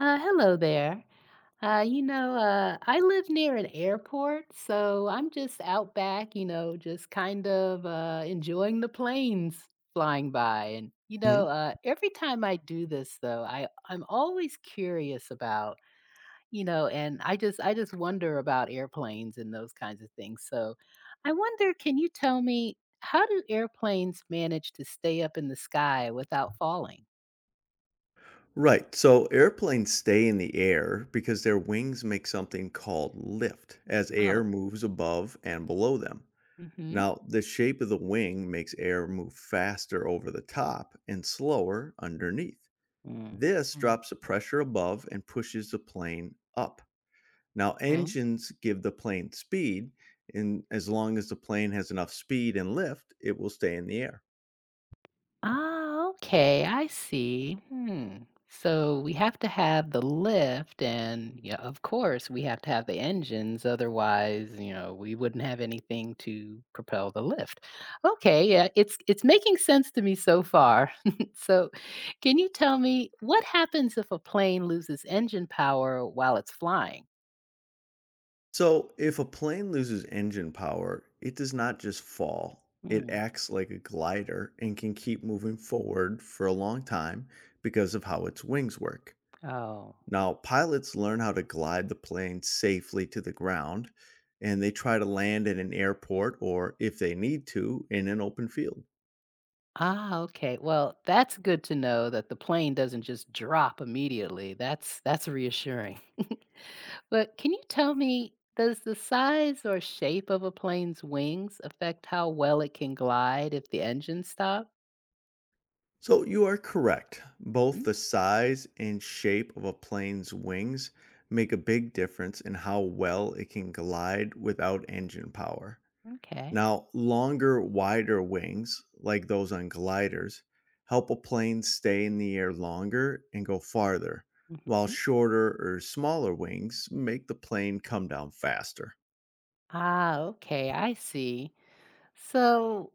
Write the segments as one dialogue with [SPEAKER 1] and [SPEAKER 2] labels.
[SPEAKER 1] Hello there. I live near an airport, so I'm just out back, just kind of enjoying the planes flying by. And,
[SPEAKER 2] Mhm.
[SPEAKER 1] every time I do this, though, I'm always curious about, you know, And I just wonder about airplanes and those kinds of things. So I wonder, can you tell me, how do airplanes manage to stay up in the sky without falling?
[SPEAKER 2] Right. So airplanes stay in the air because their wings make something called lift as
[SPEAKER 1] Oh,
[SPEAKER 2] air moves above and below them.
[SPEAKER 1] mm-hmm.
[SPEAKER 2] Now, the shape of the wing makes air move faster over the top and slower underneath. This
[SPEAKER 1] Mm-hmm.
[SPEAKER 2] drops the pressure above and pushes the plane up. Now, engines give the plane speed, and as long as the plane has enough speed and lift, it will stay in the air.
[SPEAKER 1] Ah, okay, I see. Hmm. So we have to have the lift, and yeah, of course, we have to have the engines. Otherwise, we wouldn't have anything to propel the lift. Okay, yeah, it's making sense to me so far. So, can you tell me what happens if a plane loses engine power while it's flying?
[SPEAKER 2] So, if a plane loses engine power, it does not just fall.
[SPEAKER 1] Hmm.
[SPEAKER 2] It acts like a glider and can keep moving forward for a long time because of how its wings work.
[SPEAKER 1] Oh.
[SPEAKER 2] Now, pilots learn how to glide the plane safely to the ground, and they try to land in an airport or, if they need to, in an open field.
[SPEAKER 1] Ah, okay. Well, that's good to know that the plane doesn't just drop immediately. That's reassuring. But can you tell me, does the size or shape of a plane's wings affect how well it can glide if the engine stops?
[SPEAKER 2] So, you are correct. Both the size and shape of a plane's wings make a big difference in how well it can glide without engine power.
[SPEAKER 1] Okay.
[SPEAKER 2] Now, longer, wider wings, like those on gliders, help a plane stay in the air longer and go farther, while
[SPEAKER 1] Mhm.
[SPEAKER 2] shorter or smaller wings make the plane come down faster.
[SPEAKER 1] Ah, okay, I see. So,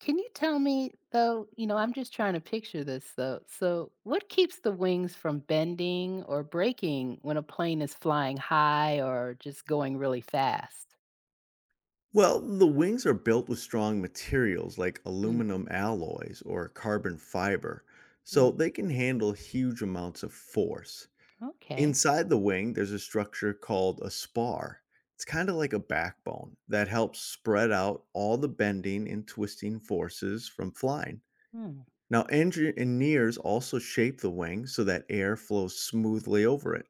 [SPEAKER 1] can you tell me though, I'm just trying to picture this though. So, what keeps the wings from bending or breaking when a plane is flying high or just going really fast?
[SPEAKER 2] Well, the wings are built with strong materials like
[SPEAKER 1] Mm,
[SPEAKER 2] aluminum alloys or carbon fiber,
[SPEAKER 1] mm,
[SPEAKER 2] so they can handle huge amounts of force.
[SPEAKER 1] okay.
[SPEAKER 2] Inside the wing, there's a structure called a spar. It's kind of like a backbone that helps spread out all the bending and twisting forces from flying.
[SPEAKER 1] Mm,
[SPEAKER 2] Now, engineers also shape the wing so that air flows smoothly over it.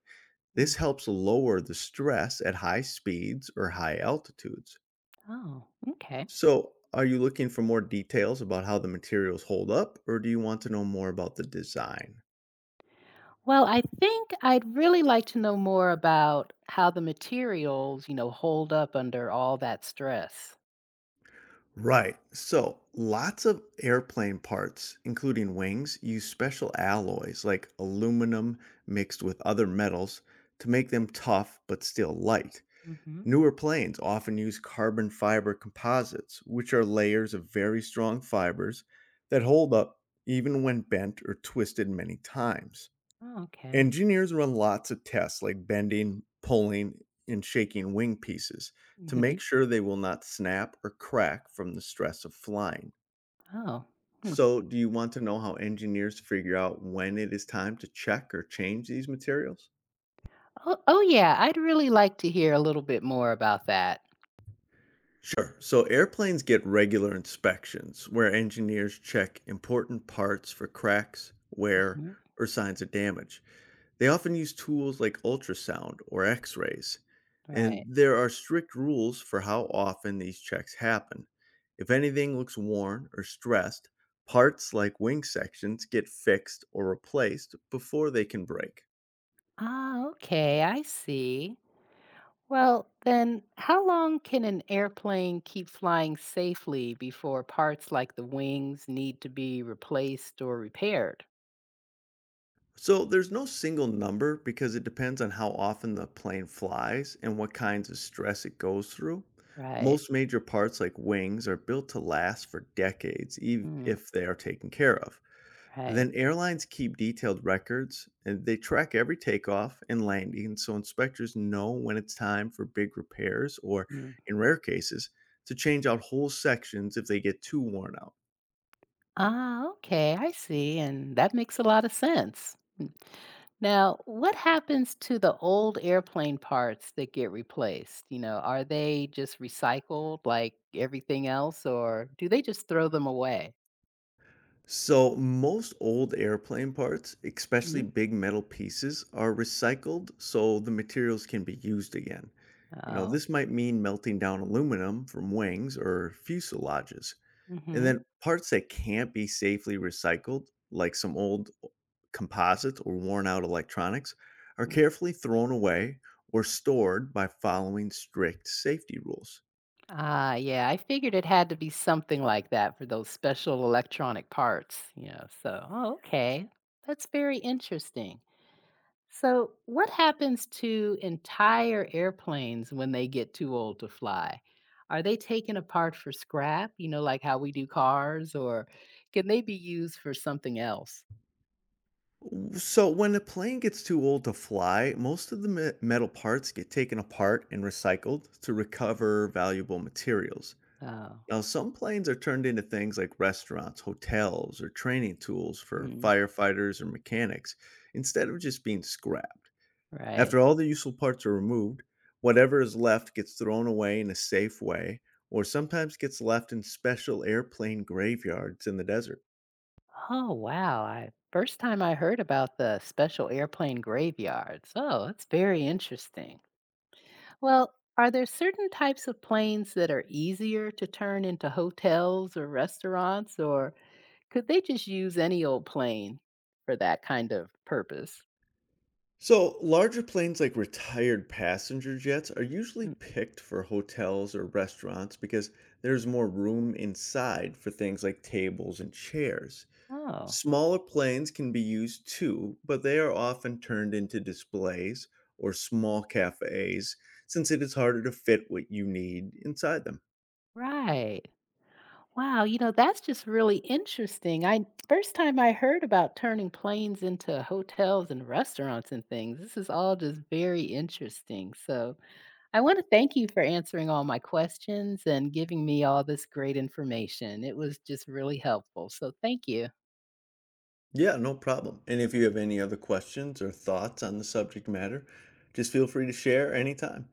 [SPEAKER 1] mm.
[SPEAKER 2] This helps lower the stress at high speeds or high altitudes.
[SPEAKER 1] Oh, okay.
[SPEAKER 2] So, are you looking for more details about how the materials hold up, or do you want to know more about the design?
[SPEAKER 1] Well, I think I'd really like to know more about how the materials, hold up under all that stress.
[SPEAKER 2] Right. So lots of airplane parts, including wings, use special alloys like aluminum mixed with other metals to make them tough but still light.
[SPEAKER 1] Mm-hmm.
[SPEAKER 2] Newer planes often use carbon fiber composites, which are layers of very strong fibers that hold up even when bent or twisted many times.
[SPEAKER 1] Oh, okay.
[SPEAKER 2] Engineers run lots of tests like bending, pulling, and shaking wing pieces to
[SPEAKER 1] Mm-hmm.
[SPEAKER 2] make sure they will not snap or crack from the stress of flying.
[SPEAKER 1] Oh. Hmm.
[SPEAKER 2] So, do you want to know how engineers figure out when it is time to check or change these materials?
[SPEAKER 1] Oh, oh, yeah. I'd really like to hear a little bit more about that.
[SPEAKER 2] Sure. So airplanes get regular inspections where engineers check important parts for cracks, wear, or signs of damage. They often use tools like ultrasound or x rays, and
[SPEAKER 1] Right.
[SPEAKER 2] there are strict rules for how often these checks happen. If anything looks worn or stressed, parts like wing sections get fixed or replaced before they can break.
[SPEAKER 1] Ah, okay, I see. Well, then, how long can an airplane keep flying safely before parts like the wings need to be replaced or repaired?
[SPEAKER 2] So there's no single number because it depends on how often the plane flies and what kinds of stress it goes through.
[SPEAKER 1] Right.
[SPEAKER 2] Most major parts, like wings, are built to last for decades
[SPEAKER 1] Mm,
[SPEAKER 2] if they are taken care of.
[SPEAKER 1] right.
[SPEAKER 2] Then airlines keep detailed records and they track every takeoff and landing so inspectors know when it's time for big repairs or,
[SPEAKER 1] Mm.
[SPEAKER 2] in rare cases, to change out whole sections if they get too worn out.
[SPEAKER 1] Ah, okay, I see. And that makes a lot of sense. Mm. Now, what happens to the old airplane parts that get replaced? You know, are they just recycled like everything else, or do they just throw them away?
[SPEAKER 2] So, most old airplane parts, especially
[SPEAKER 1] Hmm?
[SPEAKER 2] big metal pieces, are recycled so the materials can be used again. You know,
[SPEAKER 1] Oh.
[SPEAKER 2] this might mean melting down aluminum from wings or fuselages. And
[SPEAKER 1] Mhm.
[SPEAKER 2] then parts that can't be safely recycled, like some old composites or worn out electronics, are
[SPEAKER 1] Mm.
[SPEAKER 2] carefully thrown away or stored by following strict safety rules.
[SPEAKER 1] Ah, yeah, I figured it had to be something like that for those special electronic parts. So oh, okay. That's very interesting. So, what happens to entire airplanes when they get too old to fly? Are they taken apart for scrap, you know, like how we do cars, or can they be used for something else?
[SPEAKER 2] So, when a plane gets too old to fly, most of the metal parts get taken apart and recycled to recover valuable materials.
[SPEAKER 1] Oh,
[SPEAKER 2] Now, some planes are turned into things like restaurants, hotels, or training tools for
[SPEAKER 1] mm,
[SPEAKER 2] firefighters or mechanics instead of just being scrapped.
[SPEAKER 1] right.
[SPEAKER 2] After all the useful parts are removed, whatever is left gets thrown away in a safe way or sometimes gets left in special airplane graveyards in the desert.
[SPEAKER 1] Oh, wow. I first time I heard about the special airplane graveyards. Oh, that's very interesting. Well, are there certain types of planes that are easier to turn into hotels or restaurants, or could they just use any old plane for that kind of purpose?
[SPEAKER 2] So, larger planes like retired passenger jets are usually
[SPEAKER 1] Mm,
[SPEAKER 2] picked for hotels or restaurants because there's more room inside for things like tables and chairs.
[SPEAKER 1] oh,
[SPEAKER 2] Smaller planes can be used too, but they are often turned into displays or small cafes since it is harder to fit what you need inside them.
[SPEAKER 1] right. Wow, you know, that's just really interesting. I first time I heard about turning planes into hotels and restaurants and things. This is all just very interesting. So, I want to thank you for answering all my questions and giving me all this great information. It was just really helpful. So, thank you.
[SPEAKER 2] Yeah, no problem. And if you have any other questions or thoughts on the subject matter, just feel free to share anytime.